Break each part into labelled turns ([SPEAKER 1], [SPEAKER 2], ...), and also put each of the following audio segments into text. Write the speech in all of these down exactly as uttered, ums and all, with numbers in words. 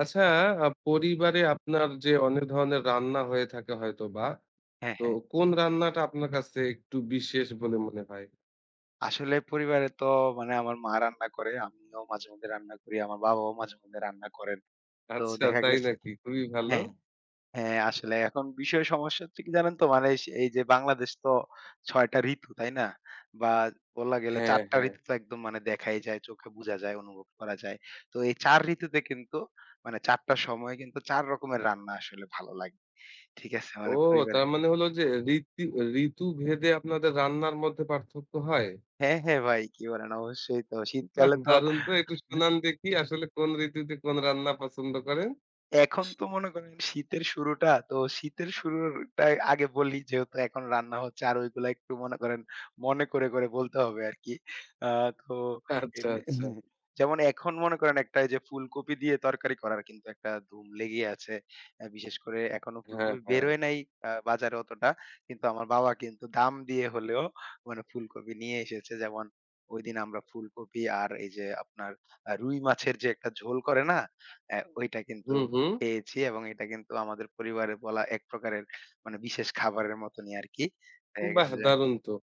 [SPEAKER 1] আচ্ছা, আ পরিবারে আপনার যে অনেক ধরনের রান্না হয়ে থাকে হয়তোবা,
[SPEAKER 2] হ্যাঁ,
[SPEAKER 1] তো
[SPEAKER 2] হ্যাঁ।
[SPEAKER 1] কোন রান্নাটা আপনার কাছে একটু বিশেষ বলে মনে হয়?
[SPEAKER 2] আসলে পরিবারে তো মানে আমার মা রান্না করে, আমিও মাঝে মধ্যে রান্না করি, আমার বাবাও মাঝে মধ্যে রান্না করেন। তো
[SPEAKER 1] আচ্ছা,
[SPEAKER 2] দেখা
[SPEAKER 1] তাই
[SPEAKER 2] গেছে
[SPEAKER 1] নাকি? খুবই ভালো।
[SPEAKER 2] হ্যাঁ, হ্যাঁ, আসলে এখন বিষয় সমস্যা হচ্ছে কি জানেন তো? মানে এই এই যে বাংলাদেশ তো ছয় টা ঋতু, তাই না? বা বলা গেলে
[SPEAKER 1] হ্যাঁ,
[SPEAKER 2] চার টা
[SPEAKER 1] হ্যাঁ।
[SPEAKER 2] ঋতু তো একদম মানে দেখাই যায়, চোখে বোঝা যায়, অনুভব করা যায়। তো এই চার ঋতুতে কিন্তু মানে চার টা সময়ে কিন্তু চার রকমের রান্না আসলে ভালো লাগে। ঠিক আছে?
[SPEAKER 1] ও
[SPEAKER 2] মানে পরিবারে
[SPEAKER 1] তার মানে হলো যে ঋতু ঋতুভেদে আপনাদের রান্নার মধ্যে পার্থক্য হয়?
[SPEAKER 2] হ্যাঁ, হ্যাঁ, ভাই কি বলেন? অবশ্যই তো
[SPEAKER 1] বাহ!
[SPEAKER 2] শীতকালে তো
[SPEAKER 1] দারুণ তো একটু শোনান দেখি আসলে কোন ঋতুতে কোন রান্না পছন্দ করেন?
[SPEAKER 2] এখন তো মনে করেন শীতের শুরুটা, তো শীতের শুরুটা আগে বলি যেহেতু এখন রান্না হচ্ছে আর ওইগুলা একটু মনে করেন মনে করে, করে বলতে হবে আরকি। আ তো
[SPEAKER 1] আচ্ছা,
[SPEAKER 2] এমনি
[SPEAKER 1] আচ্ছা।
[SPEAKER 2] হুম। যেমন এখন মনে করেন একটা এই যে ফুলকপি দিয়ে তরকারি করার কিন্তু একটা ধুম লেগেই আছে। আ বিশেষ করে এখনো
[SPEAKER 1] হ্যাঁ,
[SPEAKER 2] ফুলকপি
[SPEAKER 1] হ্যাঁ।
[SPEAKER 2] বেরোয় নাই আ বাজারে অতটা। কিন্তু আমার বাবা কিন্তু দাম দিয়ে হলেও মানে ফুলকপি নিয়ে এসেছে। যেমন ওইদিন আমরা ফুলকপি আর এই যে আপনার আ রুই মাছের যে একটা ঝোল করে না? অ্যা ওইটা কিন্তু
[SPEAKER 1] হুম, হুম।
[SPEAKER 2] পেয়েছি এবং এটা কিন্তু আমাদের পরিবারে বলা এক প্রকারের মানে বিশেষ খাবারের মতনই আরকি। দেখা
[SPEAKER 1] বাহ!
[SPEAKER 2] গেছে যে
[SPEAKER 1] দারুণ তো।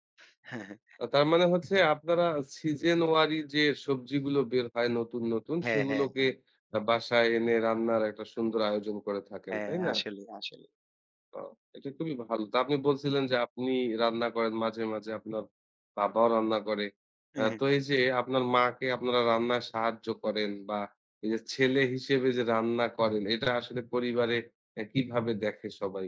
[SPEAKER 1] আ তার মানে হচ্ছে আপনারা সিজন ওয়ারি যে সবজিগুলো বের হয় নতুন, নতুন
[SPEAKER 2] হ্যাঁ, হ্যাঁ, হ্যাঁ,
[SPEAKER 1] সেগুলোকে
[SPEAKER 2] হ্যাঁ,
[SPEAKER 1] আ বাসায় এনে রান্নার একটা সুন্দর আয়োজন করে থাকেন,
[SPEAKER 2] হ্যাঁ,
[SPEAKER 1] তাই না?
[SPEAKER 2] আসলেই, আসলেই।
[SPEAKER 1] আ এটা খুবই ভালো। তো আপনি বলছিলেন যে আপনি রান্না করেন মাঝে, মাঝে আপনার বাবাও রান্না করে। আ তো এই যে আপনার মাকে আপনারা রান্নায় সাহায্য করেন বা এই যে ছেলে হিসেবে যে রান্না করেন এটা আসলে পরিবারে অ্যা কিভাবে দেখে সবাই?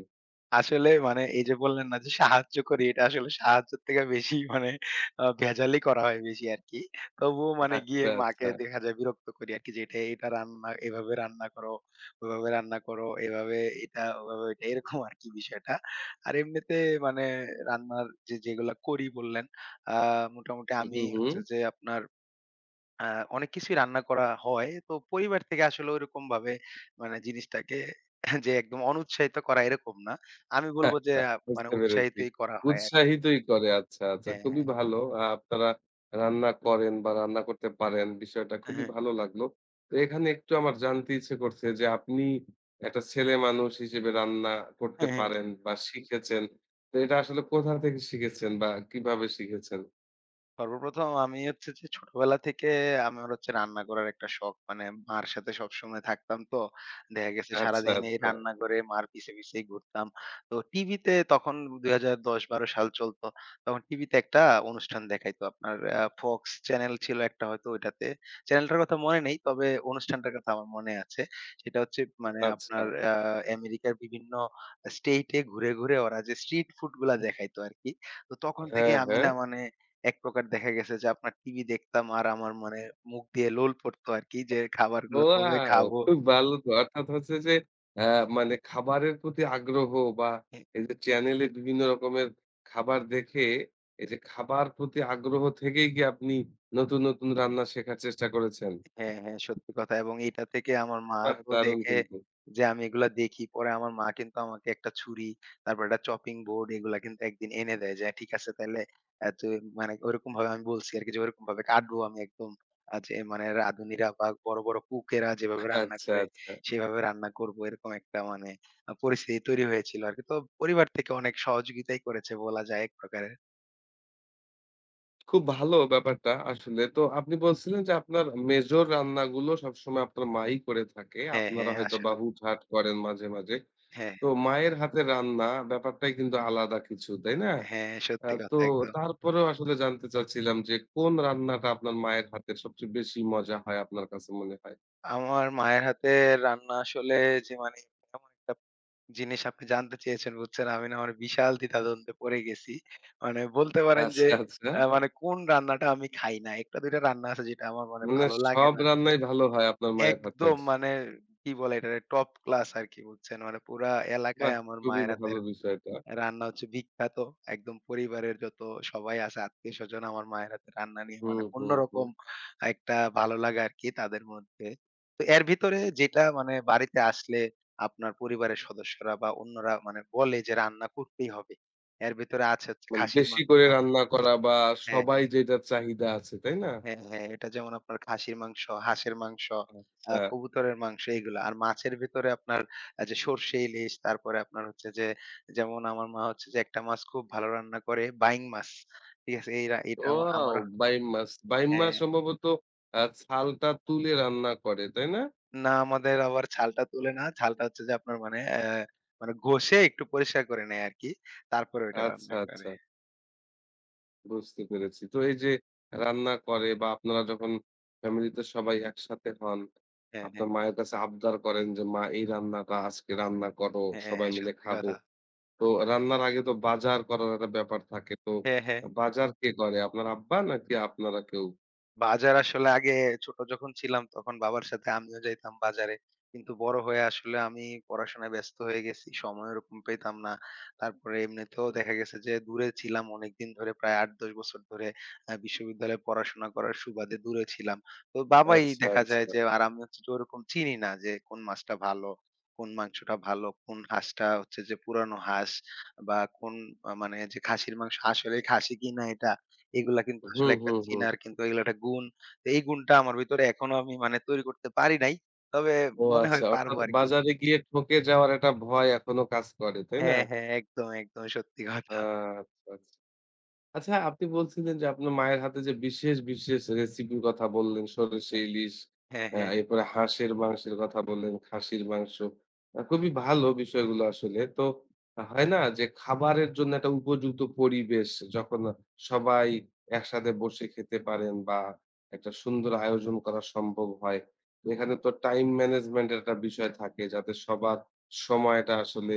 [SPEAKER 2] আসলে মানে এই যে বললেন না যে সাহায্য করি, এটা আসলে সাহায্যের থেকে বেশি মানে আ ভেজালই করা হয় বেশি আরকি। তবুও মানে গিয়ে
[SPEAKER 1] আচ্ছা,
[SPEAKER 2] মাকে
[SPEAKER 1] আচ্ছা।
[SPEAKER 2] দেখা যায় বিরক্ত করি আরকি যে, "এটা এটা রান্না এভাবে রান্না করো, ওভাবে রান্না করো, এভাবে এটা, ওভাবে ওইটা" এরকম আরকি বিষয়টা। আর এমনিতে মানে রান্নার যে যেগুলা করি বললেন, আ মোটামুটি আমি
[SPEAKER 1] হুম, হুম।
[SPEAKER 2] হচ্ছে যে আপনার আ অনেক কিছুই রান্না করা হয়। তো পরিবার থেকে আসলে ঐরকমভাবে মানে জিনিসটাকে যে একদম অনুৎসাহিত করা এরকম না। আমি বলব যে আ মানে
[SPEAKER 1] বুঝতে পেরেছি।
[SPEAKER 2] উৎসাহিতই করা হয় আরকি।
[SPEAKER 1] উৎসাহিতই করে। আচ্ছা, আচ্ছা।
[SPEAKER 2] হ্যাঁ,
[SPEAKER 1] খুবই ভালো। আ আপনারা রান্না করেন বা রান্না করতে পারেন। বিষয়টা খুবই
[SPEAKER 2] হ্যাঁ।
[SPEAKER 1] ভালো লাগলো। তো এখানে একটু আমার জানতে ইচ্ছে করছে যে আপনি একটা ছেলে মানুষ হিসেবে রান্না করতে
[SPEAKER 2] হ্যাঁ,
[SPEAKER 1] পারেন বা শিখেছেন। তো এটা আসলে কোথা থেকে শিখেছেন বা কিভাবে শিখেছেন?
[SPEAKER 2] সর্বপ্রথম আমি হচ্ছে যে ছোটবেলা থেকে আমার হচ্ছে রান্না করার একটা শখ। মানে মার সাথে সবসময় থাকতাম তো। দেখা গেছে
[SPEAKER 1] আচ্ছা,
[SPEAKER 2] সারাদিন এই
[SPEAKER 1] আচ্ছা,
[SPEAKER 2] রান্না করে মার পিছে, পিছেই ঘুরতাম। তো টিভিতে তখন দুই হাজার দশ বারো সাল চলত। তখন টিভিতে একটা অনুষ্ঠান দেখাইতো। আপনার আ Fox চ্যানেল ছিল একটা হয়তো ওইটাতে। চ্যানেলটার কথা মনে নেই। তবে অনুষ্ঠানটার কথা আমার মনে আছে। সেটা হচ্ছে মানে
[SPEAKER 1] আচ্ছা।
[SPEAKER 2] আপনার আ আমেরিকার বিভিন্ন স্টেট এ ঘুরে, ঘুরে ওরা যে স্ট্রিট ফুড গুলা দেখাইতো আরকি। তো তখন থেকে
[SPEAKER 1] হ্যাঁ,
[SPEAKER 2] আমি
[SPEAKER 1] হ্যাঁ।
[SPEAKER 2] না মানে এক প্রকার দেখা গেছে যে আপনার টিভি দেখতাম আর আমার মানে মুখ দিয়ে লোল পড়তো আরকি যে খাবারগুলা কবে
[SPEAKER 1] ওয়াও!
[SPEAKER 2] খাবো?
[SPEAKER 1] খুব ভালো তো। অর্থাৎ হচ্ছে যে অ্যা মানে খাবারের প্রতি আগ্রহ বা এই যে চ্যানেলে বিভিন্ন রকমের খাবার দেখে, এই যে খাবার প্রতি আগ্রহ থেকেই কি আপনি নতুন, নতুন রান্না শেখার চেষ্টা করেছেন?
[SPEAKER 2] হ্যাঁ, হ্যাঁ, সত্যি কথা এবং এটা থেকে আমার মা
[SPEAKER 1] বাহ!
[SPEAKER 2] তো
[SPEAKER 1] দারুণ
[SPEAKER 2] দেখে
[SPEAKER 1] কিন্তু।
[SPEAKER 2] যে আমি এগুলা দেখি। পরে আমার মা কিন্তু আমাকে একটা ছুরি, তারপর একটা চপিং বোর্ড এগুলা কিন্তু একদিন এনে দেয় যে, "ঠিক আছে তাইলে আ তুই" মানে ওরকমভাবে আমি বলছি আরকি যে, "ওরকমভাবে কাটবো আমি একদম আ যে মানে রাঁধুনিরা বা বড়, বড় কুকেরা যেভাবে রান্না
[SPEAKER 1] আচ্ছা,
[SPEAKER 2] করে
[SPEAKER 1] আচ্ছা।
[SPEAKER 2] সেভাবে রান্না করবো।" এরকম একটা মানে আ পরিস্থিতি তৈরি হয়েছিল আরকি। তো পরিবার থেকে অনেক সহযোগিতাই করেছে বলা যায় এক প্রকারের।
[SPEAKER 1] খুব ভালো ব্যাপারটা আসলে। তো আপনি বলছিলেন যে আপনার মেজর রান্নাগুলো সবসময় আপনার মাই করে থাকে।
[SPEAKER 2] হ্যাঁ,
[SPEAKER 1] আপনারা
[SPEAKER 2] হ্যাঁ,
[SPEAKER 1] হয়তোবা
[SPEAKER 2] আসলে।
[SPEAKER 1] হুটহাট করেন মাঝে, মাঝে।
[SPEAKER 2] হ্যাঁ,
[SPEAKER 1] তো মায়ের হাতের রান্না ব্যাপারটাই কিন্তু আলাদা কিছু, তাই না?
[SPEAKER 2] হ্যাঁ,
[SPEAKER 1] আ
[SPEAKER 2] সত্যি
[SPEAKER 1] তো
[SPEAKER 2] কথা একদম।
[SPEAKER 1] তারপরেও আসলে জানতে চাচ্ছিলাম যে, কোন রান্নাটা আপনার মায়ের হাতের সবচেয়ে বেশি মজা হয় আপনার কাছে মনে হয়?
[SPEAKER 2] আমার মায়ের হাতের রান্না আসলে যে মানে এমন একটা জিনিস আপনি জানতে চেয়েছেন বুঝছেন, আমি না মানে বিশাল দ্বিধাদ্বন্দ্বে পড়ে গেছি। মানে বলতে পারেন যে
[SPEAKER 1] আচ্ছা, আচ্ছা।
[SPEAKER 2] আ মানে কোন রান্নাটা আমি খাই না। এক টা দুই টা রান্না আছে যেটা আমার মানে
[SPEAKER 1] মানে
[SPEAKER 2] ভালো লাগে
[SPEAKER 1] সব
[SPEAKER 2] না।
[SPEAKER 1] রান্নাই ভালো হয় আপনার মায়ের হাতের।
[SPEAKER 2] একদম মানে কি বলে এটারে টপ ক্লাস আরকি বুঝছেন। মানে পুরা
[SPEAKER 1] বাহ!
[SPEAKER 2] এলাকায় আমার
[SPEAKER 1] খুবই
[SPEAKER 2] মায়ের
[SPEAKER 1] ভালো
[SPEAKER 2] হাতের
[SPEAKER 1] বিষয়টা।
[SPEAKER 2] রান্না হচ্ছে বিখ্যাত। একদম পরিবারের যত সবাই আছে আত্মীয়স্বজন আমার মায়ের হাতের রান্না নিয়ে
[SPEAKER 1] হুম,
[SPEAKER 2] মানে
[SPEAKER 1] হুম, হুম।
[SPEAKER 2] অন্যরকম একটা ভালো লাগা আরকি তাদের মধ্যে। তো এর ভিতরে যেটা মানে বাড়িতে আসলে আপনার পরিবারের সদস্যরা বা অন্যরা মানে বলে যে রান্না করতেই হবে। এর ভিতরে আছে হচ্ছে
[SPEAKER 1] মানে
[SPEAKER 2] খাসির
[SPEAKER 1] বেশি
[SPEAKER 2] মাংস
[SPEAKER 1] করে
[SPEAKER 2] হ্যাঁ,
[SPEAKER 1] রান্না করা বা
[SPEAKER 2] হ্যাঁ।
[SPEAKER 1] সবাই যেটার চাহিদা আছে, তাই না?
[SPEAKER 2] হ্যাঁ, হ্যাঁ। এটা যেমন আপনার খাসির মাংস, হাঁসের মাংস, আ
[SPEAKER 1] আচ্ছা।
[SPEAKER 2] কবুতরের মাংস এগুলো। আর মাছের ভেতরে আপনার আ যে সরষে ইলিশ, তারপরে আপনার হচ্ছে যে যেমন আমার মা হচ্ছে যে একটা মাছ খুব ভালো রান্না করে, বাইং মাছ। ঠিক আছে? এইরা এটা আমা
[SPEAKER 1] ওয়াও!
[SPEAKER 2] আমারও
[SPEAKER 1] বাইম মাছ। বাইম মাছ
[SPEAKER 2] হ্যাঁ।
[SPEAKER 1] সম্ভবত আ ছালটা তুলে রান্না করে, তাই না?
[SPEAKER 2] না আমাদের আবার ছালটা তুলে না। ছালটা হচ্ছে যে আপনার মানে অ্যা মানে ঘষে একটু পরিষ্কার করে নেয় আরকি। তারপরে ওইটা
[SPEAKER 1] আচ্ছা,
[SPEAKER 2] রান্না করে।
[SPEAKER 1] আচ্ছা। বুঝতে পেরেছি। তো এই যে রান্না করে বা আপনারা যখন ফ্যামিলিতে সবাই একসাথে হন,
[SPEAKER 2] হ্যাঁ,
[SPEAKER 1] আপনার
[SPEAKER 2] হ্যাঁ।
[SPEAKER 1] মায়ের কাছে আবদার করেন যে, "মা এই রান্নাটা আজকে রান্না করো, সবাই
[SPEAKER 2] হ্যাঁ,
[SPEAKER 1] মিলে
[SPEAKER 2] সত্যি
[SPEAKER 1] খাবো।"
[SPEAKER 2] কথা।
[SPEAKER 1] তো রান্নার আগে তো বাজার করার একটা ব্যাপার থাকে। তো
[SPEAKER 2] হ্যাঁ, হ্যাঁ।
[SPEAKER 1] বাজার কে করে? আপনার আব্বা নাকি আপনারা কেউ?
[SPEAKER 2] বাজার আসলে আগে ছোট যখন ছিলাম তখন বাবার সাথে আমিও যাইতাম বাজারে। কিন্তু বড় হয়ে আসলে আমি পড়াশোনায় ব্যস্ত হয়ে গেছি। সময় ওরকম পেতাম না। তারপরে এমনিতেও দেখা গেছে যে দূরে ছিলাম অনেকদিন ধরে প্রায় আট দশ বছর ধরে আ বিশ্ববিদ্যালয়ে পড়াশোনা করার সুবাদে দূরে ছিলাম। তো বাবাই
[SPEAKER 1] আচ্ছা,
[SPEAKER 2] দেখা যায়
[SPEAKER 1] আচ্ছা।
[SPEAKER 2] যে আর আমি হচ্ছে যে ওরকম চিনি না যে কোন মাছটা ভালো, কোন মাংসটা ভালো, কোন হাঁসটা হচ্ছে যে পুরানো হাঁস বা কোন আ মানে যে খাসির মাংস আসলেই খাসি কিনা এটা এগুলা কিন্তু
[SPEAKER 1] হুম,
[SPEAKER 2] আসলে একটা
[SPEAKER 1] হুম, হুম।
[SPEAKER 2] চিনার কিন্তু এগুলা একটা গুণ। তো এই গুণটা আমার ভিতরে এখনো আমি মানে তৈরি করতে পারি নাই। তবে
[SPEAKER 1] ও
[SPEAKER 2] মনে
[SPEAKER 1] আচ্ছা।
[SPEAKER 2] হয় পারবো
[SPEAKER 1] অর্থাৎ
[SPEAKER 2] আরকি।
[SPEAKER 1] বাজারে গিয়ে ঠকে যাওয়ার একটা ভয় এখনো কাজ করে, তাই না?
[SPEAKER 2] হ্যাঁ, হ্যাঁ। একদম, একদম সত্যি কথা।
[SPEAKER 1] আহ, আচ্ছা, আচ্ছা। আচ্ছা আপনি বলছিলেন যে আপনার মায়ের হাতে যে বিশেষ, বিশেষ রেসিপির কথা বললেন সরষে ইলিশ,
[SPEAKER 2] হ্যাঁ,
[SPEAKER 1] আ
[SPEAKER 2] হ্যাঁ।
[SPEAKER 1] এরপরে হাঁসের মাংসের কথা বললেন, খাসির মাংস। আ খুবই ভালো বিষয়গুলো আসলে। তো হয় না যে খাবারের জন্য একটা উপযুক্ত পরিবেশ যখন সবাই একসাথে বসে খেতে পারেন বা একটা সুন্দর আয়োজন করা সম্ভব হয়। এখানে তো টাইম ম্যানেজমেন্ট এর একটা বিষয় থাকে যাতে সবার সময়টা আসলে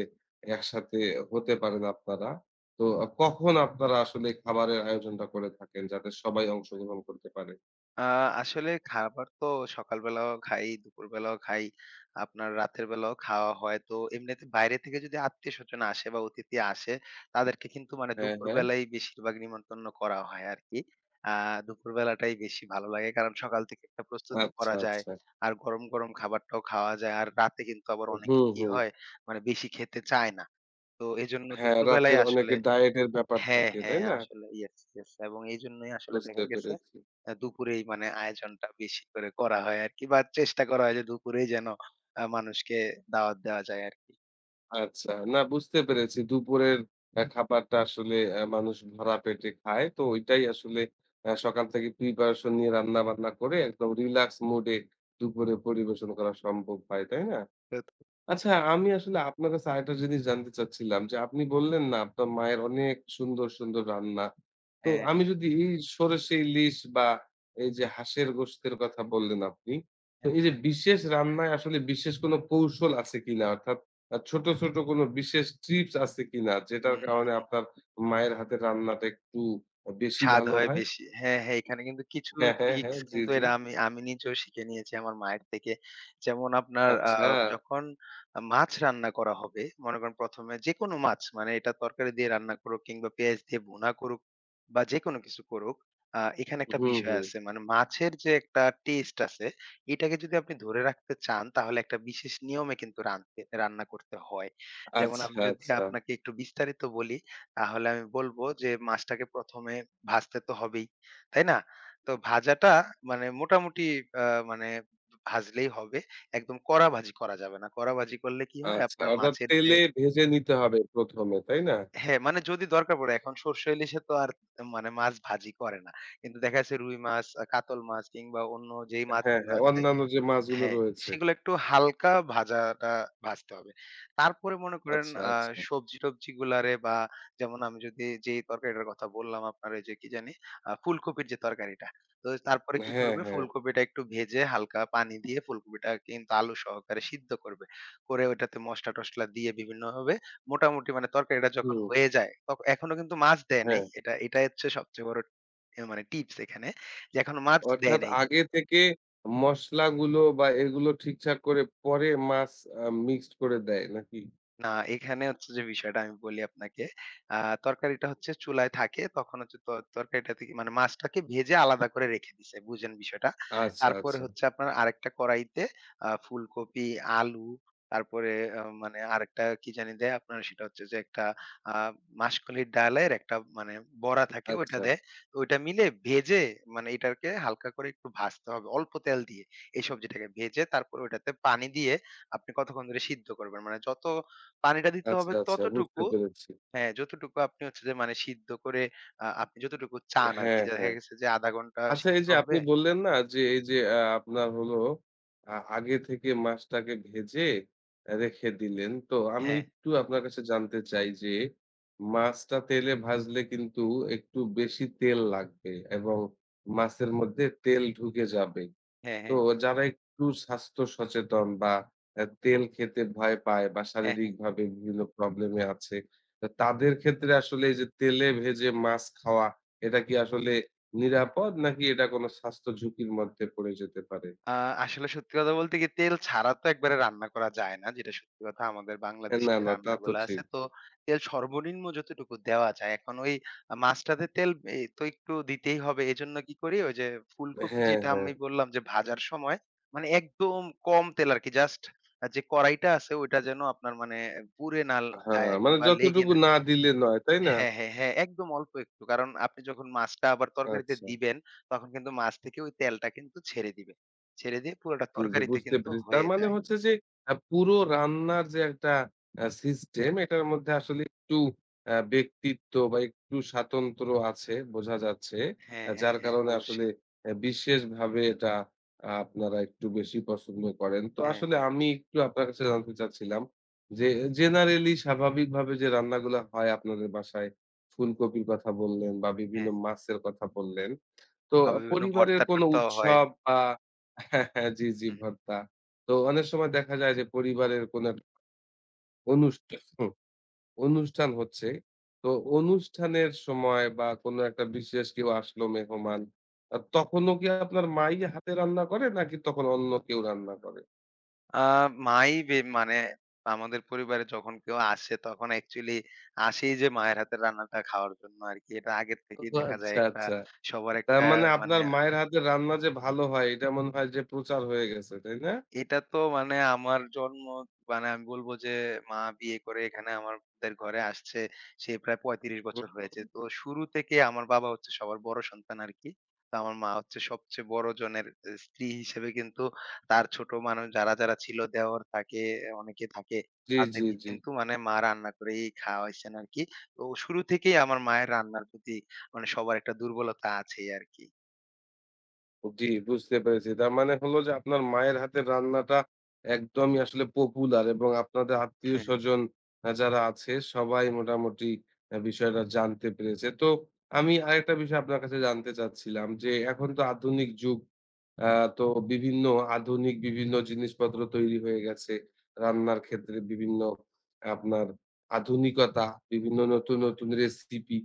[SPEAKER 1] একসাথে হতে পারেন আপনারা। তো আ কখন আপনারা আসলে খাবারের আয়োজনটা করে থাকেন যাতে সবাই অংশগ্রহণ করতে পারে?
[SPEAKER 2] আ আসলে খাবার তো সকালবেলাও খাই, দুপুরবেলাও খাই, আপনার রাতের বেলাও খাওয়া হয়। তো এমনিতে বাইরে থেকে যদি আত্মীয়স্বজন আসে বা অতিথি আসে, তাদেরকে কিন্তু মানে
[SPEAKER 1] হ্যাঁ, হ্যাঁ।
[SPEAKER 2] দুপুরবেলাই বেশিরভাগ নিমন্ত্রণ করা হয় আরকি। আ দুপুরবেলাটাই বেশি ভালো লাগে। কারণ সকাল থেকে একটা প্রস্তুতি
[SPEAKER 1] আচ্ছা,
[SPEAKER 2] করা যায়।
[SPEAKER 1] আচ্ছা।
[SPEAKER 2] আর গরম, গরম খাবারটাও খাওয়া যায়। আর রাতে কিন্তু আবার অনেকে
[SPEAKER 1] হুম,
[SPEAKER 2] কি
[SPEAKER 1] হুম।
[SPEAKER 2] হয়, মানে বেশি খেতে চায় না। তো এজন্য
[SPEAKER 1] হ্যাঁ,
[SPEAKER 2] দুপুরবেলায়
[SPEAKER 1] রাতের
[SPEAKER 2] আসলে
[SPEAKER 1] অনেকে ডায়েটের ব্যাপার
[SPEAKER 2] হ্যাঁ,
[SPEAKER 1] থাকে, তাই
[SPEAKER 2] হ্যাঁ,
[SPEAKER 1] না?
[SPEAKER 2] আসলে ইয়েস, ইয়েস এবং এইজন্যই আসলে
[SPEAKER 1] বুঝতে
[SPEAKER 2] দেখা গেছে
[SPEAKER 1] পেরেছি।
[SPEAKER 2] আ দুপুরেই মানে আয়োজনটা বেশি করে করা হয় আরকি বা চেষ্টা করা হয় যে দুপুরেই যেন আ মানুষকে দাওয়াত দেওয়া যায় আরকি।
[SPEAKER 1] আচ্ছা। না বুঝতে পেরেছি। দুপুরের আ খাবারটা আসলে আ মানুষ ভরা পেটে খায়। তো ঐটাই আসলে আ সকাল থেকে প্রিপারেশন নিয়ে রান্না-বান্না করে একদম রিল্যাক্স মুড এ দুপুরে পরিবেশন করা সম্ভব হয়, তাই না?
[SPEAKER 2] তো
[SPEAKER 1] আচ্ছা, আমি আসলে আপনার কাছে আরেকটা জিনিস জানতে চাচ্ছিলাম যে, আপনি বললেন না আপনার মায়ের অনেক সুন্দর, সুন্দর রান্না। তো
[SPEAKER 2] হ্যাঁ,
[SPEAKER 1] আমি যদি এই সরষে ইলিশ বা এই যে হাঁসের গোশতের কথা বললেন আপনি, তো
[SPEAKER 2] হ্যাঁ।
[SPEAKER 1] এই যে বিশেষ রান্নায় আসলে বিশেষ কোনো কৌশল আছে কিনা? অর্থাৎ আ ছোট, ছোট কোনো বিশেষ টিপস আছে কিনা? যেটার কারণে
[SPEAKER 2] হুম।
[SPEAKER 1] আপনার মায়ের হাতের রান্নাটা একটু বেশি
[SPEAKER 2] স্বাদ
[SPEAKER 1] ভালো
[SPEAKER 2] হয়
[SPEAKER 1] হয়?
[SPEAKER 2] বেশি। হ্যাঁ, হ্যাঁ, এখানে কিন্তু কিছু
[SPEAKER 1] হ্যাঁ, হ্যাঁ, হ্যাঁ।
[SPEAKER 2] ট্রিকস
[SPEAKER 1] জি,
[SPEAKER 2] কিন্তু
[SPEAKER 1] জি।
[SPEAKER 2] এরা আমি আমি নিজেও শিখে নিয়েছি আমার মায়ের থেকে। যেমন আপনার আ
[SPEAKER 1] আচ্ছা।
[SPEAKER 2] যখন আ মাছ রান্না করা হবে, মনে করেন ১ম এ যেকোনো মাছ মানে এটা তরকারি দিয়ে রান্না করুক কিংবা পেঁয়াজ দিয়ে ভুনা করুক বা যেকোনো কিছু করুক, আ এখানে একটা
[SPEAKER 1] হুম,
[SPEAKER 2] বিষয়
[SPEAKER 1] হুম।
[SPEAKER 2] আছে। মানে মাছের যে একটা টেস্ট আছে, এটাকে যদি আপনি ধরে রাখতে চান তাহলে একটা বিশেষ নিয়মে কিন্তু রাঁধতে রান্না করতে হয়। যেমন
[SPEAKER 1] আচ্ছা,
[SPEAKER 2] আমি যদি
[SPEAKER 1] আচ্ছা।
[SPEAKER 2] আপনাকে একটু বিস্তারিত বলি তাহলে আমি বলব যে মাছটাকে ১ম এ ভাজতে তো হবেই। তাই না? তো ভাজাটা মানে মোটামুটি আ মানে ভাজলেই হবে। একদম কড়া ভাজি করা যাবে না। কড়া ভাজি করলে কি হয়
[SPEAKER 1] আচ্ছা,
[SPEAKER 2] আপনার
[SPEAKER 1] অর্থাৎ
[SPEAKER 2] মাছের যে
[SPEAKER 1] তেলে ভেজে নিতে হবে প্রথম এ, তাই না?
[SPEAKER 2] হ্যাঁ, মানে যদি দরকার পড়ে এখন সরষে ইলিশে তো আর মানে মাছ ভাজি করে না। কিন্তু দেখা যাচ্ছে রুই মাছ, আ কাতল মাছ কিংবা অন্য যেই
[SPEAKER 1] হ্যাঁ,
[SPEAKER 2] মাছগুলো
[SPEAKER 1] হ্যাঁ,
[SPEAKER 2] আছে
[SPEAKER 1] অন্যান্য যে মাছগুলো
[SPEAKER 2] হ্যাঁ,
[SPEAKER 1] রয়েছে।
[SPEAKER 2] সেগুলো একটু হালকা ভাজাটা ভাজতে হবে। তারপরে মনে করেন
[SPEAKER 1] আচ্ছা,
[SPEAKER 2] আ
[SPEAKER 1] আচ্ছা।
[SPEAKER 2] সবজি-টবজিগুলারে বা যেমন আমি যদি যেই তরকারিটার কথা বললাম আপনার ওই যে কি জানি? আ ফুলকপির যে তরকারিটা। তো তারপরে কি
[SPEAKER 1] হ্যাঁ,
[SPEAKER 2] করবে?
[SPEAKER 1] হ্যাঁ।
[SPEAKER 2] ফুলকপিটা একটু ভেজে হালকা পানি দিয়ে ফুলকপিটা কিন্তু আলু সহকারে সিদ্ধ করবে। করে ওইটাতে মসলা-টসলা দিয়ে বিভিন্নভাবে মোটামুটি মানে তরকারিটা যখন
[SPEAKER 1] হুম,
[SPEAKER 2] হয়ে যায়, তখ এখনো কিন্তু মাছ দেয় নাই।
[SPEAKER 1] হ্যাঁ।
[SPEAKER 2] এটা এটাই হচ্ছে সবচেয়ে বড় এ মানে টিপস এখানে। যে এখনো মাছ দেয়
[SPEAKER 1] অর্থাৎ
[SPEAKER 2] নাই।
[SPEAKER 1] আগে থেকে মসলাগুলো বা এগুলো ঠিকঠাক করে পরে মাছ আ মিক্সড করে দেয় নাকি?
[SPEAKER 2] না, এখানে হচ্ছে যে বিষয়টা আমি বলি আপনাকে। আ তরকারিটা হচ্ছে চুলায় থাকে। তখন হচ্ছে ত তরকারিটা থেকে মানে মাছটাকে ভেজে আলাদা করে রেখে দিছে। বুঝেন বিষয়টা।
[SPEAKER 1] আচ্ছা,
[SPEAKER 2] তারপরে
[SPEAKER 1] আচ্ছা।
[SPEAKER 2] হচ্ছে আপনার আরেকটা কড়াইতে আ ফুলকপি, আলু তারপরে আ মানে আরেকটা কি জানি দেয় আপনার সেটা হচ্ছে যে একটা আ মাসকলির ডালের একটা মানে বড়া থাকে ওইটা
[SPEAKER 1] আচ্ছা,
[SPEAKER 2] দেয়। তো ওইটা মিলে ভেজে মানে এটাকে হালকা করে একটু ভাজতে হবে অল্প তেল দিয়ে। এই সবজিটাকে ভেজে তারপর ওইটাতে পানি দিয়ে আপনি কতক্ষণ ধরে সিদ্ধ করবেন। মানে যত পানিটা দিতে
[SPEAKER 1] আচ্ছা,
[SPEAKER 2] হবে
[SPEAKER 1] আচ্ছা বুঝতে
[SPEAKER 2] ততটুকু
[SPEAKER 1] পেরেছি।
[SPEAKER 2] হ্যাঁ, যতটুকু আপনি হচ্ছে যে মানে সিদ্ধ করে আ আপনি যতটুকু চান আরকি।
[SPEAKER 1] হ্যাঁ,
[SPEAKER 2] দেখা
[SPEAKER 1] হ্যাঁ।
[SPEAKER 2] গেছে যে শূন্য দশমিক পাঁচ ঘন্টা
[SPEAKER 1] আচ্ছা এই
[SPEAKER 2] সিদ্ধ
[SPEAKER 1] যে আপনি
[SPEAKER 2] হবে
[SPEAKER 1] বললেন না যে এই যে আ আপনার হলো আ আগে থেকে মাছটাকে ভেজে অ্যা রেখে দিলেন। তো আমি
[SPEAKER 2] হ্যাঁ,
[SPEAKER 1] একটু আপনার কাছে জানতে চাই যে মাছটা তেলে ভাজলে কিন্তু একটু বেশি তেল লাগবে এবং মাছের মধ্যে তেল ঢুকে যাবে।
[SPEAKER 2] হ্যাঁ,
[SPEAKER 1] তো
[SPEAKER 2] হ্যাঁ,
[SPEAKER 1] যারা একটু স্বাস্থ্য সচেতন বা আ তেল খেতে ভয় পায় বা
[SPEAKER 2] হ্যাঁ, হ্যাঁ।
[SPEAKER 1] শারীরিকভাবে বিভিন্ন প্রবলেমে আছে, তো তাদের ক্ষেত্রে আসলে এই যে তেলে ভেজে মাছ খাওয়া এটা কি আসলে নিরাপদ নাকি এটা কোনো স্বাস্থ্য ঝুঁকির মধ্যে পড়ে যেতে পারে?
[SPEAKER 2] আ আসলে সত্যি কথা বলতে কি তেল ছাড়া তো একবারে রান্না করা যায় না। যেটা সত্যি কথা আমাদের
[SPEAKER 1] হ্যাঁ,
[SPEAKER 2] বাংলাদেশী
[SPEAKER 1] না,
[SPEAKER 2] যে
[SPEAKER 1] না তা তো
[SPEAKER 2] রান্নাগুলা
[SPEAKER 1] ঠিক।
[SPEAKER 2] আছে তো তেল সর্বনিম্ন যতটুকু দেওয়া যায়। এখন ওই আ মাছটাতে তেল এ তো একটু দিতেই হবে। এজন্য কি করি ওই যে ফুলকপি
[SPEAKER 1] হ্যাঁ,
[SPEAKER 2] যেটা
[SPEAKER 1] হ্যাঁ,
[SPEAKER 2] আমি বললাম যে ভাজার সময় মানে একদম কম তেল আরকি জাস্ট আ যে কড়াইটা আছে ওইটা যেন আপনার মানে পুড়ে না যায়
[SPEAKER 1] হ্যাঁ,
[SPEAKER 2] আরকি
[SPEAKER 1] মানে
[SPEAKER 2] বা লেগে
[SPEAKER 1] যতটুকু
[SPEAKER 2] না
[SPEAKER 1] না দিলে নয়, তাই না?
[SPEAKER 2] হ্যাঁ, হ্যাঁ, হ্যাঁ, একদম অল্প একটু। কারণ আপনি যখন মাছটা আবার তরকারিতে
[SPEAKER 1] আচ্ছা।
[SPEAKER 2] দিবেন, তখন কিন্তু মাছ থেকে ওই তেলটা কিন্তু ছেড়ে দিবে। ছেড়ে দিয়ে পুরোটা
[SPEAKER 1] জি, জি
[SPEAKER 2] তরকারিতে
[SPEAKER 1] বুঝতে
[SPEAKER 2] কিন্তু
[SPEAKER 1] পেরেছি। তার
[SPEAKER 2] হয়ে
[SPEAKER 1] মানে
[SPEAKER 2] যায়।
[SPEAKER 1] হচ্ছে যে আ পুরো রান্নার যে একটা আ সিস্টেম এটার মধ্যে আসলে একটু আ ব্যক্তিত্ব বা একটু স্বাতন্ত্র আছে বোঝা যাচ্ছে।
[SPEAKER 2] হ্যাঁ,
[SPEAKER 1] আ
[SPEAKER 2] হ্যাঁ,
[SPEAKER 1] যার
[SPEAKER 2] হ্যাঁ,
[SPEAKER 1] কারণে আসলে
[SPEAKER 2] অবশ্যই।
[SPEAKER 1] এ বিশেষভাবে এটা আ আপনারা একটু বেশি পছন্দ করেন। তো
[SPEAKER 2] হ্যাঁ,
[SPEAKER 1] আসলে
[SPEAKER 2] হ্যাঁ,
[SPEAKER 1] আমি একটু আপনার কাছে জানতে চাচ্ছিলাম যে জেনারেলি স্বাভাবিকভাবে যে রান্নাগুলা হয় আপনাদের বাসায় ফুলকপির কথা বললেন বা বিভিন্ন
[SPEAKER 2] হ্যাঁ।
[SPEAKER 1] মাছের কথা বললেন। তো
[SPEAKER 2] আবার বিভিন্ন
[SPEAKER 1] পরিবারের কোনো
[SPEAKER 2] ভর্তা-টর্তাও হয়।
[SPEAKER 1] উৎসব বা হ্যাঁ, হ্যাঁ, জি, জি
[SPEAKER 2] হুম।
[SPEAKER 1] ভর্তা। তো অনেক সময় দেখা যায় যে পরিবারের কোনো একটা অনুষ্ঠান অনুষ্ঠান হচ্ছে। তো অনুষ্ঠানের সময় বা কোনো একটা বিশেষ কেউ আসলো মেহমান, আ তখনও কি আপনার মাই হাতে রান্না করে নাকি তখন অন্য কেউ রান্না করে?
[SPEAKER 2] আ মাই বে মানে আমাদের পরিবারে যখন কেউ আসে তখন অ্যাকচুয়ালি আসেই যে মায়ের হাতের রান্নাটা খাওয়ার জন্য আরকি। এটা আগের থেকেই
[SPEAKER 1] ও
[SPEAKER 2] দেখা যায়
[SPEAKER 1] আচ্ছা,
[SPEAKER 2] একটা
[SPEAKER 1] আচ্ছা।
[SPEAKER 2] সবার
[SPEAKER 1] তার
[SPEAKER 2] একটা
[SPEAKER 1] মানে
[SPEAKER 2] মানে
[SPEAKER 1] আপনার মায়ের হাতের রান্না যে ভালো হয় এটা মনে হয় যে প্রচার হয়ে গেছে, তাই না?
[SPEAKER 2] এটা তো মানে আমার জন্ম মানে আমি বলবো যে মা বিয়ে করে এখানে আমাদের ঘরে আসছে সে প্রায় পঁয়ত্রিশ
[SPEAKER 1] হুম,
[SPEAKER 2] বছর
[SPEAKER 1] হুম।
[SPEAKER 2] হয়েছে। তো শুরু থেকে আমার বাবা হচ্ছে সবার বড় সন্তান আরকি। তো আমার মা হচ্ছে সবচেয়ে বড় জনের এ স্ত্রী হিসেবে কিন্তু তার ছোট মানুষ যারা, যারা ছিল দেওর থাকে, অনেকে থাকে
[SPEAKER 1] জি, জি,
[SPEAKER 2] তাদেরকে
[SPEAKER 1] জি।
[SPEAKER 2] কিন্তু মানে মা রান্না করেই খাওয়াইছেন আরকি। তো শুরু থেকেই আমার মায়ের রান্নার প্রতি মানে সবার একটা দুর্বলতা আছেই আরকি।
[SPEAKER 1] জি, বুঝতে পেরেছি। তার মানে হলো যে আপনার মায়ের হাতের রান্নাটা একদমই আসলে পপুলার এবং আপনাদের আত্মীয়স্বজন আ যারা আছে সবাই মোটামুটি আ বিষয়টা জানতে পেরেছে। তো আমি আরেকটা বিষয় আপনার কাছে জানতে চাচ্ছিলাম যে এখন তো আধুনিক যুগ। আ তো বিভিন্ন আধুনিক বিভিন্ন জিনিসপত্র তৈরি হয়ে গেছে। রান্নার ক্ষেত্রে বিভিন্ন আপনার আধুনিকতা, বিভিন্ন নতুন, নতুন রেসিপি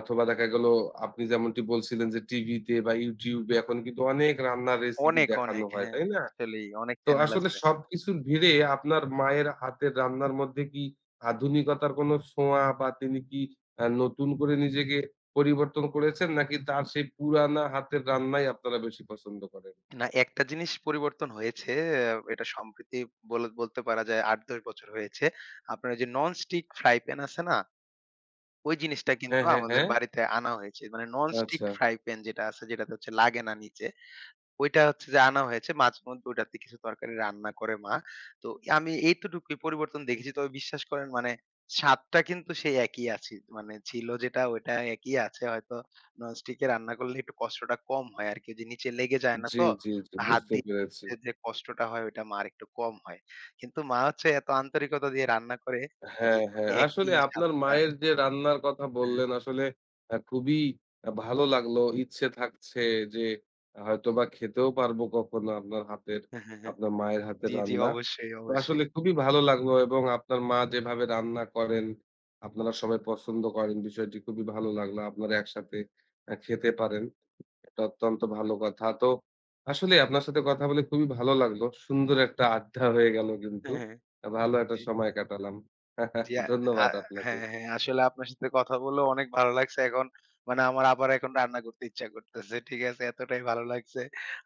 [SPEAKER 1] অথবা দেখা গেল আপনি যেমনটি বলছিলেন যে টিভিতে বা YouTube এ এখন কিন্তু অনেক রান্নার রেসিপি
[SPEAKER 2] অনেক,
[SPEAKER 1] দেখানো
[SPEAKER 2] অনেক
[SPEAKER 1] হয়,
[SPEAKER 2] হ্যাঁ,
[SPEAKER 1] তাই না?
[SPEAKER 2] আসলেই অনেক
[SPEAKER 1] তো
[SPEAKER 2] চ্যানেল
[SPEAKER 1] আসলে
[SPEAKER 2] আছে।
[SPEAKER 1] সবকিছুর ভিড়ে আপনার মায়ের হাতের রান্নার মধ্যে কি আধুনিকতার কোনো ছোঁয়া বা তিনি কি আ নতুন করে নিজেকে পরিবর্তন করেছেন নাকি তার সেই পুরানা হাতের রান্নাই আপনারা বেশি পছন্দ করেন?
[SPEAKER 2] না, একটা জিনিস পরিবর্তন হয়েছে। আ এটা সম্প্রতি বল বলতে পারা যায় আট দশ বছর হয়েছে। আপনার ওই যে ননস্টিক ফ্রাই প্যান আছে না? ওই জিনিসটা
[SPEAKER 1] হ্যাঁ,
[SPEAKER 2] কিন্তু
[SPEAKER 1] হ্যাঁ,
[SPEAKER 2] আমাদের
[SPEAKER 1] হ্যাঁ।
[SPEAKER 2] বাড়িতে আনা হয়েছে। মানে ননস্টিক
[SPEAKER 1] আচ্ছা।
[SPEAKER 2] ফ্রাই প্যান যেটা আছে যেটাতে হচ্ছে লাগে না নিচে। ওইটা হচ্ছে যে আনা হয়েছে। মাঝেমধ্যে ওইটাতে কিছু তরকারি রান্না করে মা। তো আমি এইতটুকুই পরিবর্তন দেখেছি। তবে বিশ্বাস করেন মানে স্বাদটা কিন্তু সেই একই আছে। মানে ছিল যেটা ওইটা একই আছে। হয়তো ননস্টিকে রান্না করলে একটু কষ্টটা কম হয় আরকি। ওই যে নিচে লেগে যায় না
[SPEAKER 1] জি,
[SPEAKER 2] তো।
[SPEAKER 1] জি, জি
[SPEAKER 2] হাত
[SPEAKER 1] বুঝতে
[SPEAKER 2] দিয়ে
[SPEAKER 1] পেরেছি।
[SPEAKER 2] যে, যে কষ্টটা হয় ওইটা মার একটু কম হয়। কিন্তু মা হচ্ছে এত আন্তরিকতা দিয়ে রান্না করে আ যে
[SPEAKER 1] হ্যাঁ,
[SPEAKER 2] মানে
[SPEAKER 1] হ্যাঁ। আসলে
[SPEAKER 2] একই
[SPEAKER 1] আপনার
[SPEAKER 2] স্বাদটা
[SPEAKER 1] মায়ের যে রান্নার কথা
[SPEAKER 2] হ্যাঁ।
[SPEAKER 1] বললেন আসলে আ খুবই আ ভালো লাগলো। ইচ্ছে থাকছে যে হয়তোবা খেতেও পারবো কখনো আপনার হাতের
[SPEAKER 2] হ্যাঁ, হ্যাঁ, হ্যাঁ।
[SPEAKER 1] আপনার মায়ের হাতের
[SPEAKER 2] জি, জি
[SPEAKER 1] রান্না।
[SPEAKER 2] অবশ্যই,
[SPEAKER 1] তো আসলে
[SPEAKER 2] অবশ্যই।
[SPEAKER 1] খুবই ভালো লাগলো এবং আপনার মা যেভাবে রান্না করেন, আপনারা সবাই পছন্দ করেন বিষয়টি খুবই ভালো লাগলো। আপনারা একসাথে আ খেতে পারেন। এটা অত্যন্ত ভালো কথা। তো আসলে আপনার সাথে কথা বলে খুবই ভালো লাগলো। সুন্দর একটা আড্ডা হয়ে গেল কিন্তু।
[SPEAKER 2] হ্যাঁ, হ্যাঁ।
[SPEAKER 1] আ ভালো একটা
[SPEAKER 2] জি।
[SPEAKER 1] সময় কাটালাম।
[SPEAKER 2] জি, আ আ
[SPEAKER 1] ধন্যবাদ আপনাকে।
[SPEAKER 2] হ্যাঁ, হ্যাঁ। আসলে আপনার সাথে কথা বলেও অনেক ভালো লাগছে। এখন মানে আমার আবার এখন রান্না করতে ইচ্ছা করতেছে। ঠিক আছে? এতটাই ভালো লাগছে।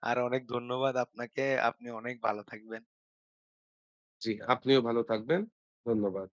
[SPEAKER 2] আর অনেক ধন্যবাদ আপনাকে। আপনি অনেক ভালো থাকবেন।
[SPEAKER 1] জি, আপনিও ভালো থাকবেন। ধন্যবাদ।